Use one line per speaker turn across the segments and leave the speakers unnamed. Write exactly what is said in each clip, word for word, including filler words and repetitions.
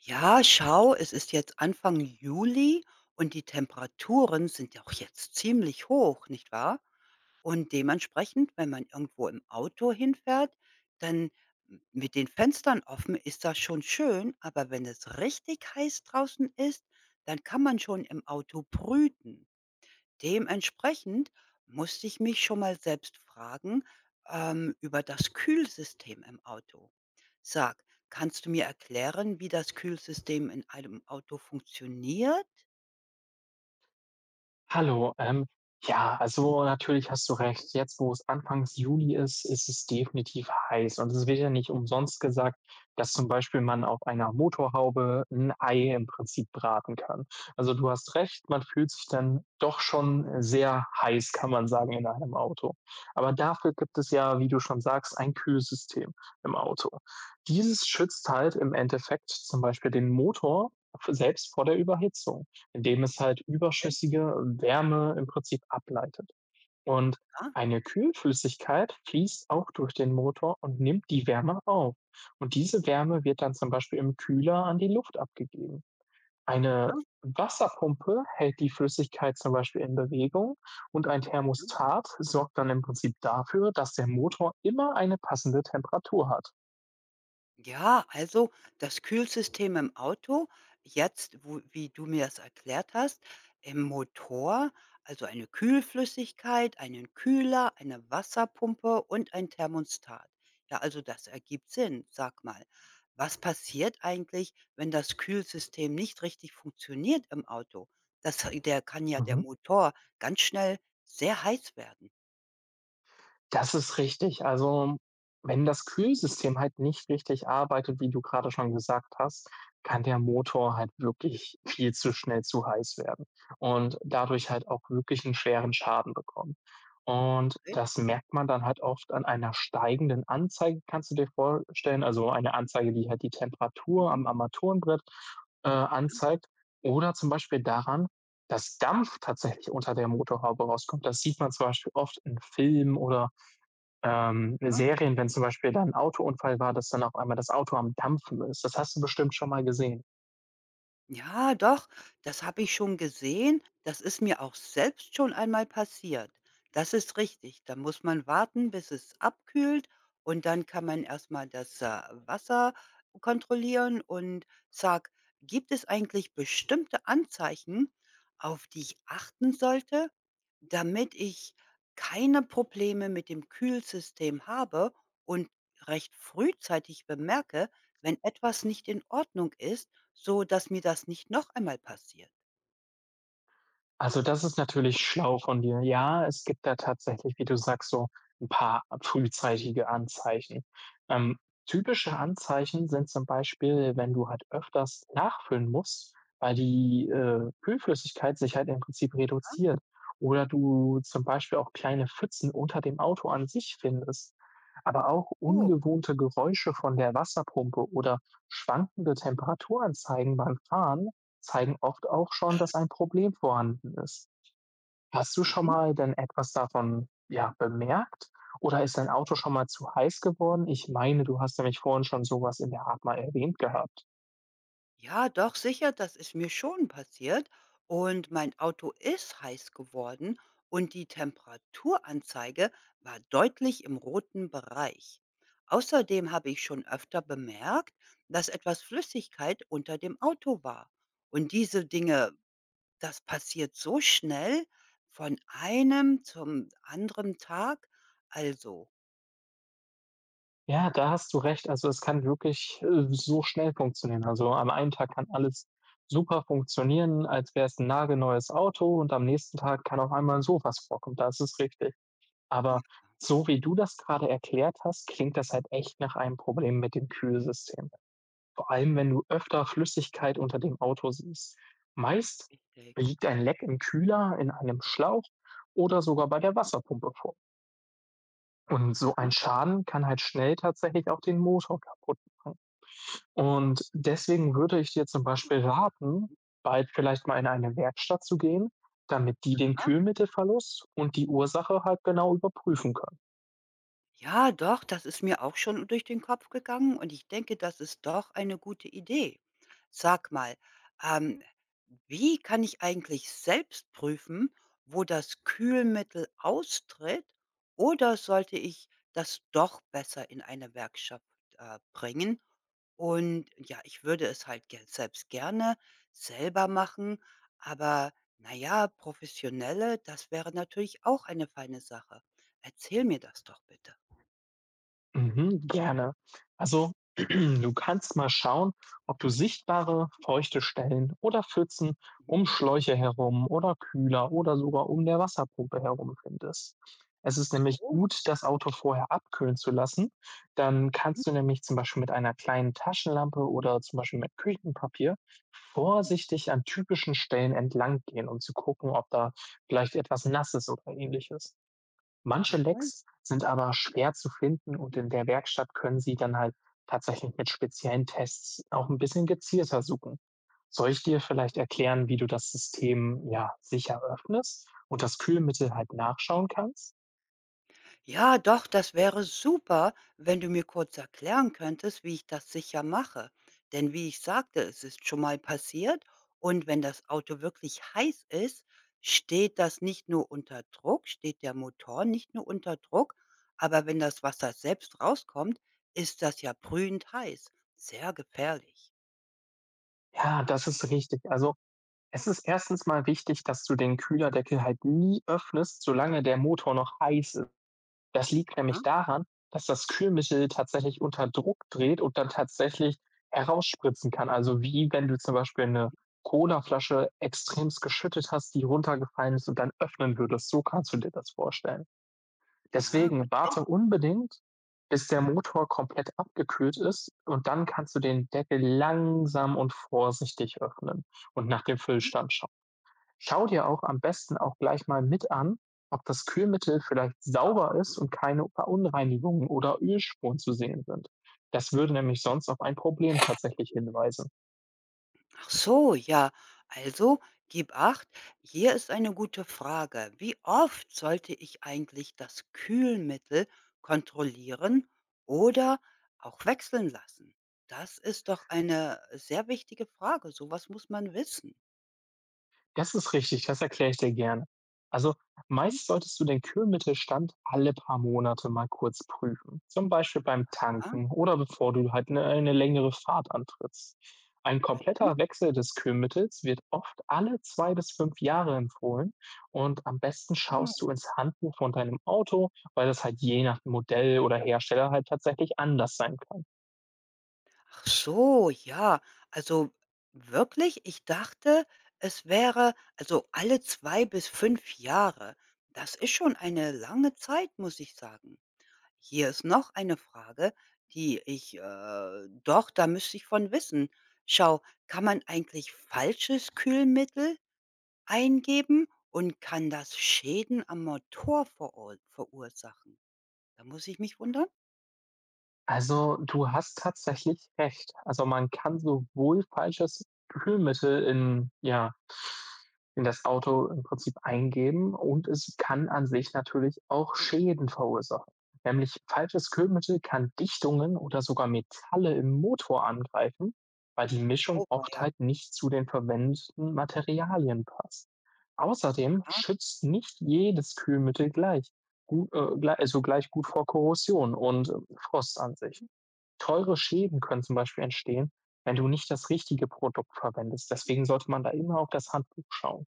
Ja, schau, es ist jetzt Anfang Juli und die Temperaturen sind ja auch jetzt ziemlich hoch, nicht wahr? Und dementsprechend, wenn man irgendwo im Auto hinfährt, dann m- mit den Fenstern offen ist das schon schön, aber wenn es richtig heiß draußen ist, dann kann man schon im Auto brüten. Dementsprechend musste ich mich schon mal selbst fragen, ähm, über das Kühlsystem im Auto. Sag, kannst du mir erklären, wie das Kühlsystem in einem Auto funktioniert?
Hallo, ähm, ja, also natürlich hast du recht. Jetzt, wo es anfangs Juli ist, ist es definitiv heiß. Und es wird ja nicht umsonst gesagt, dass zum Beispiel man auf einer Motorhaube ein Ei im Prinzip braten kann. Also du hast recht, man fühlt sich dann doch schon sehr heiß, kann man sagen, in einem Auto. Aber dafür gibt es ja, wie du schon sagst, ein Kühlsystem im Auto. Dieses schützt halt im Endeffekt zum Beispiel den Motor selbst vor der Überhitzung, indem es halt
Ja,
überschüssige Wärme im Prinzip ableitet. Und
ja,
eine Kühlflüssigkeit fließt auch durch den Motor und nimmt die Wärme auf. Und diese Wärme wird dann zum Beispiel im Kühler an die Luft abgegeben. Eine
ja.
Wasserpumpe hält die Flüssigkeit zum Beispiel in Bewegung und ein Thermostat sorgt dann im Prinzip dafür, dass der Motor immer eine passende Temperatur hat.
Ja, also das Kühlsystem im Auto, jetzt, wo wie du mir das erklärt hast, im Motor, also eine Kühlflüssigkeit, einen Kühler, eine Wasserpumpe und ein Thermostat. Ja, also das ergibt Sinn, sag mal. Was passiert eigentlich, wenn das Kühlsystem nicht richtig funktioniert im Auto? Das, der kann ja der
Mhm.
Motor ganz schnell sehr heiß werden.
Das ist richtig. Also, wenn das Kühlsystem halt nicht richtig arbeitet, wie du gerade schon gesagt hast, kann der Motor halt wirklich viel zu schnell zu heiß werden und dadurch halt auch wirklich einen schweren Schaden bekommen. Und
Okay.
das merkt man dann halt oft an einer steigenden Anzeige, kannst du dir vorstellen, also eine Anzeige, die halt die Temperatur
Mhm.
am Armaturenbrett, äh,
Ja,
anzeigt, oder zum Beispiel daran, dass Dampf tatsächlich unter der Motorhaube rauskommt. Das sieht man zum Beispiel oft in Filmen oder ähm,
ja.
Serien, wenn zum Beispiel da 'n Autounfall war, dass dann auf einmal das Auto am Dampfen ist. Das hast du bestimmt schon mal gesehen.
Ja, doch, das habe ich schon gesehen. Das ist mir auch selbst schon einmal passiert. Das ist richtig. Da muss man warten, bis es abkühlt, und dann kann man erst mal das, äh, Wasser kontrollieren und sag: „Gibt es eigentlich bestimmte Anzeichen, auf die ich achten sollte, damit ich keine Probleme mit dem Kühlsystem habe und recht frühzeitig bemerke, wenn etwas nicht in Ordnung ist, so dass mir das nicht noch einmal passiert.
Also, das ist natürlich schlau von dir. Ja, es gibt da tatsächlich, wie du sagst, so ein paar frühzeitige Anzeichen. Ähm, Typische Anzeichen sind zum Beispiel, wenn du halt öfters nachfüllen musst, weil die, äh, Kühlflüssigkeit sich halt im Prinzip reduziert oder du zum Beispiel auch kleine Pfützen unter dem Auto an sich findest, aber auch
Oh.
ungewohnte Geräusche von der Wasserpumpe oder schwankende Temperaturanzeigen beim Fahren zeigen oft auch schon, dass ein Problem vorhanden ist. Hast du schon
Hm?
mal denn etwas davon, ja, bemerkt? Oder ist dein Auto schon mal zu heiß geworden? Ich meine, du hast nämlich vorhin schon so was in der Art mal erwähnt gehabt.
Ja, doch, sicher, das ist mir schon passiert und mein Auto ist heiß geworden und die Temperaturanzeige war deutlich im roten Bereich. Außerdem habe ich schon öfter bemerkt, dass etwas Flüssigkeit unter dem Auto war. Und diese Dinge, das passiert so schnell von einem zum anderen Tag. Also,
Ja, da hast du recht. Also, es kann wirklich, äh, so schnell funktionieren. Also, am einen Tag kann alles super funktionieren, als wär's 'n nagelneues Auto, und am nächsten Tag kann auf einmal so was vorkommen. Das ist richtig.
ja,
Aber so wie du das gerade erklärt hast, klingt das halt echt nach einem Problem mit dem Kühlsystem. Vor allem, wenn du öfter Flüssigkeit unter dem Auto siehst. Meist
richtig.
liegt ein Leck im Kühler, in einem Schlauch oder sogar bei der Wasserpumpe vor. Und so
Ja,
ein Schaden kann halt schnell tatsächlich auch den Motor kaputt machen. Und
das
deswegen würde ich dir zum Beispiel raten, bald vielleicht mal in eine Werkstatt zu gehen, damit die den Kühlmittelverlust und die Ursache halt genau überprüfen können.
Ja, doch, das ist mir auch schon durch den Kopf gegangen und ich denke, das ist doch eine gute Idee. Sag mal, ähm, wie kann ich eigentlich selbst prüfen, wo das Kühlmittel austritt, oder sollte ich das doch besser in eine Werkstatt äh, bringen? Und ja, ich würde es halt ge- selbst gerne selber machen, aber naja, professionelle, das wäre natürlich auch eine feine Sache. Erzähl mir das doch bitte.
Mhm, gerne. Also, du kannst mal schauen, ob du sichtbare, feuchte Stellen oder Pfützen
Mhm.
um Schläuche herum oder Kühler oder sogar um der Wasserpumpe herum findest. Es
Ach
ist nämlich
so,
gut, das Auto vorher abkühlen zu lassen. Dann
mhm,
kannst du nämlich zum Beispiel mit einer kleinen Taschenlampe oder zum Beispiel mit Küchenpapier vorsichtig an typischen Stellen entlang gehen, um zu gucken, ob da vielleicht etwas Nasses oder ähnliches. Manche
richtig.
Lecks sind aber schwer zu finden, und in der Werkstatt können Sie dann halt tatsächlich mit speziellen Tests auch ein bisschen gezielter suchen. Soll ich dir vielleicht erklären, wie du das System, ja, sicher öffnest und das Kühlmittel halt nachschauen kannst?
Ja, doch, das wäre super, wenn du mir kurz erklären könntest, wie ich das sicher mache. Denn wie ich sagte, es ist schon mal passiert, und wenn das Auto wirklich heiß ist, steht das nicht nur unter Druck, steht der Motor nicht nur unter Druck, aber wenn das Wasser selbst rauskommt, ist das ja brühend heiß. Sehr gefährlich.
Ja, das ist richtig. Also, es ist erstens mal wichtig, dass du den Kühlerdeckel halt nie öffnest, solange der Motor noch heiß ist. Das liegt
Ja,
nämlich daran, dass das Kühlmittel tatsächlich unter Druck dreht und dann tatsächlich herausspritzen kann. Also, wie wenn du zum Beispiel eine
mhm.
Colaflasche extremst geschüttet hast, die runtergefallen ist und dann öffnen würdest. So kannst du dir das vorstellen.
Ja,
Deswegen warte
richtig.
unbedingt, bis der Motor komplett abgekühlt ist, und dann kannst du den Deckel langsam und vorsichtig öffnen und nach dem
Mhm.
Füllstand schauen. Schau dir auch am besten auch gleich mal mit an, ob das Kühlmittel vielleicht sauber ist und keine Verunreinigungen oder Ölspuren zu sehen sind. Das würde nämlich sonst auf ein Problem tatsächlich hinweisen.
Ach so, ja. Also, gib acht. Hier ist eine gute Frage. Wie oft sollte ich eigentlich das Kühlmittel kontrollieren oder auch wechseln lassen? Das ist doch eine sehr wichtige Frage. So was muss man wissen.
Das ist richtig, das erkläre ich dir gerne. Also,
Hm?
meist solltest du den Kühlmittelstand alle paar Monate mal kurz prüfen. Zum Beispiel beim
Ja,
Tanken oder bevor du halt eine, eine längere Fahrt antrittst. Ein kompletter
richtig.
Wechsel des Kühlmittels wird oft alle zwei bis fünf Jahre empfohlen, und am besten
Hm.
schaust du ins Handbuch von deinem Auto, weil das halt je nach Modell oder Hersteller halt tatsächlich anders sein kann.
Ach so, ja. Also wirklich, ich dachte, es wäre also alle zwei bis fünf Jahre. Das ist schon eine lange Zeit, muss ich sagen. Hier ist noch eine Frage, die ich äh, doch, da müsste ich von wissen. Schau, kann man eigentlich falsches Kühlmittel eingeben und kann das Schäden am Motor verur verursachen? Da muss ich mich wundern.
Also, du hast tatsächlich recht. Also, man kann sowohl falsches Kühlmittel in ja, in das Auto im Prinzip eingeben, und es kann an sich natürlich auch Schäden verursachen. Nämlich falsches Kühlmittel kann Dichtungen oder sogar Metalle im Motor angreifen, weil die Mischung
Oh,
oft
weia.
halt nicht zu den verwendeten Materialien passt. Außerdem
Aha.
schützt nicht jedes Kühlmittel gleich, gu äh, glei also gleich gut vor Korrosion und Frost an sich. Teure Schäden können zum Beispiel entstehen, wenn du nicht das richtige Produkt verwendest. Deswegen sollte man da immer auf das Handbuch schauen.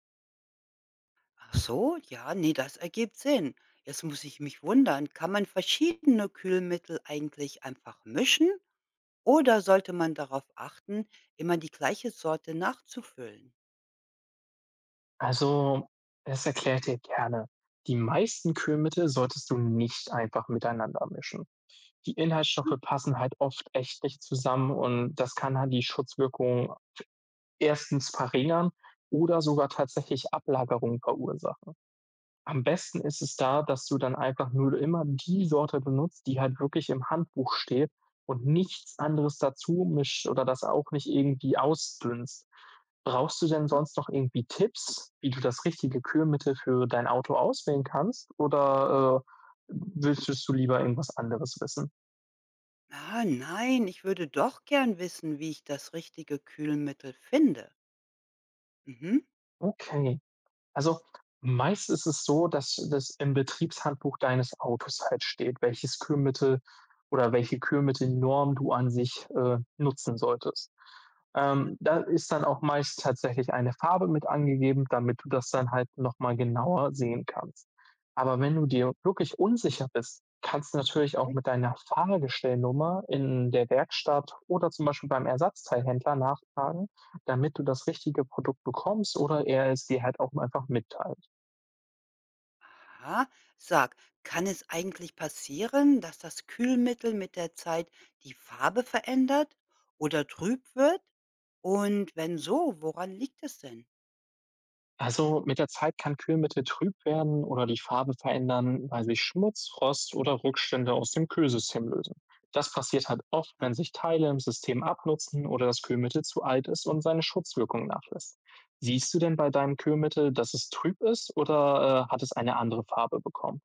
Ach so, ja, ne, das ergibt Sinn. Jetzt muss ich mich wundern, kann man verschiedene Kühlmittel eigentlich einfach mischen oder sollte man darauf achten, immer die gleiche Sorte nachzufüllen?
Also, das erklärt dir gerne. Die meisten Kühlmittel solltest du nicht einfach miteinander mischen. Die Inhaltsstoffe passen halt oft echt nicht zusammen, und das kann halt die Schutzwirkung erstens verringern oder sogar tatsächlich Ablagerungen verursachen. Am besten ist es da, dass du
Hm?
dann einfach nur immer die Sorte benutzt, die halt wirklich im Handbuch steht, und nichts anderes dazu mischt oder das auch nicht irgendwie ausdünnst. Brauchst du denn sonst noch irgendwie Tipps, wie du das richtige Kühlmittel für dein Auto auswählen kannst, oder, äh, willst du lieber irgendwas anderes wissen?
Ah, nein, ich würde doch gern wissen, wie ich das richtige Kühlmittel finde. Mhm.
Okay. Also, meist ist es so, dass das im Betriebshandbuch deines Autos halt steht, welches Kühlmittel oder welche Kühlmittelnorm du an sich, äh, nutzen solltest. Ähm, da ist dann auch meist tatsächlich eine Farbe mit angegeben, damit du das dann halt noch mal genauer sehen kannst. Aber wenn du dir wirklich unsicher bist, kannst du natürlich auch
Okay.
mit deiner Fahrgestellnummer in der Werkstatt oder zum Beispiel beim Ersatzteilhändler nachfragen, damit du das richtige Produkt bekommst oder er es dir halt auch einfach mitteilt.
Aha. Sag, kann es eigentlich passieren, dass das Kühlmittel mit der Zeit die Farbe verändert oder trüb wird? Und wenn so, woran liegt es denn?
Also mit der Zeit kann Kühlmittel trüb werden oder die Farbe verändern, weil sich Schmutz, Rost oder Rückstände aus dem Kühlsystem lösen. Das passiert halt oft,
Ja,
wenn sich Teile im System abnutzen oder das Kühlmittel zu alt ist und seine Schutzwirkung nachlässt. Siehst du denn bei deinem Kühlmittel, dass es trüb ist oder äh, hat es eine andere Farbe bekommen?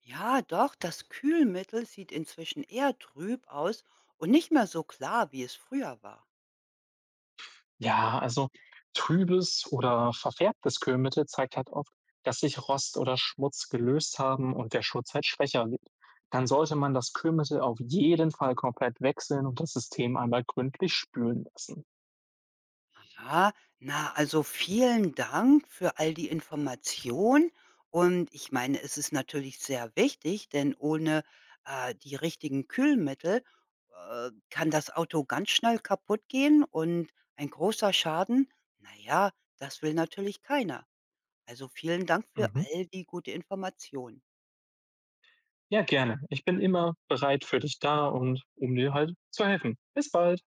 Ja, doch, das Kühlmittel sieht inzwischen eher trüb aus und nicht mehr so klar, wie es früher war.
Ja, also trübes oder verfärbtes Kühlmittel zeigt halt oft, dass sich Rost oder Schmutz gelöst haben und der Schutz halt schwächer wird. Dann sollte man das Kühlmittel auf jeden Fall komplett wechseln und das System einmal gründlich spülen lassen.
Ja, na, also vielen Dank für all die Information. Und ich meine, es ist natürlich sehr wichtig, denn ohne äh, die richtigen Kühlmittel äh, kann das Auto ganz schnell kaputt gehen und ein großer Schaden, na ja, das will natürlich keiner. Also vielen Dank für
Mhm.
all die gute Information.
Ja, gerne. Ich bin immer bereit für dich da und um dir halt zu helfen. Bis bald.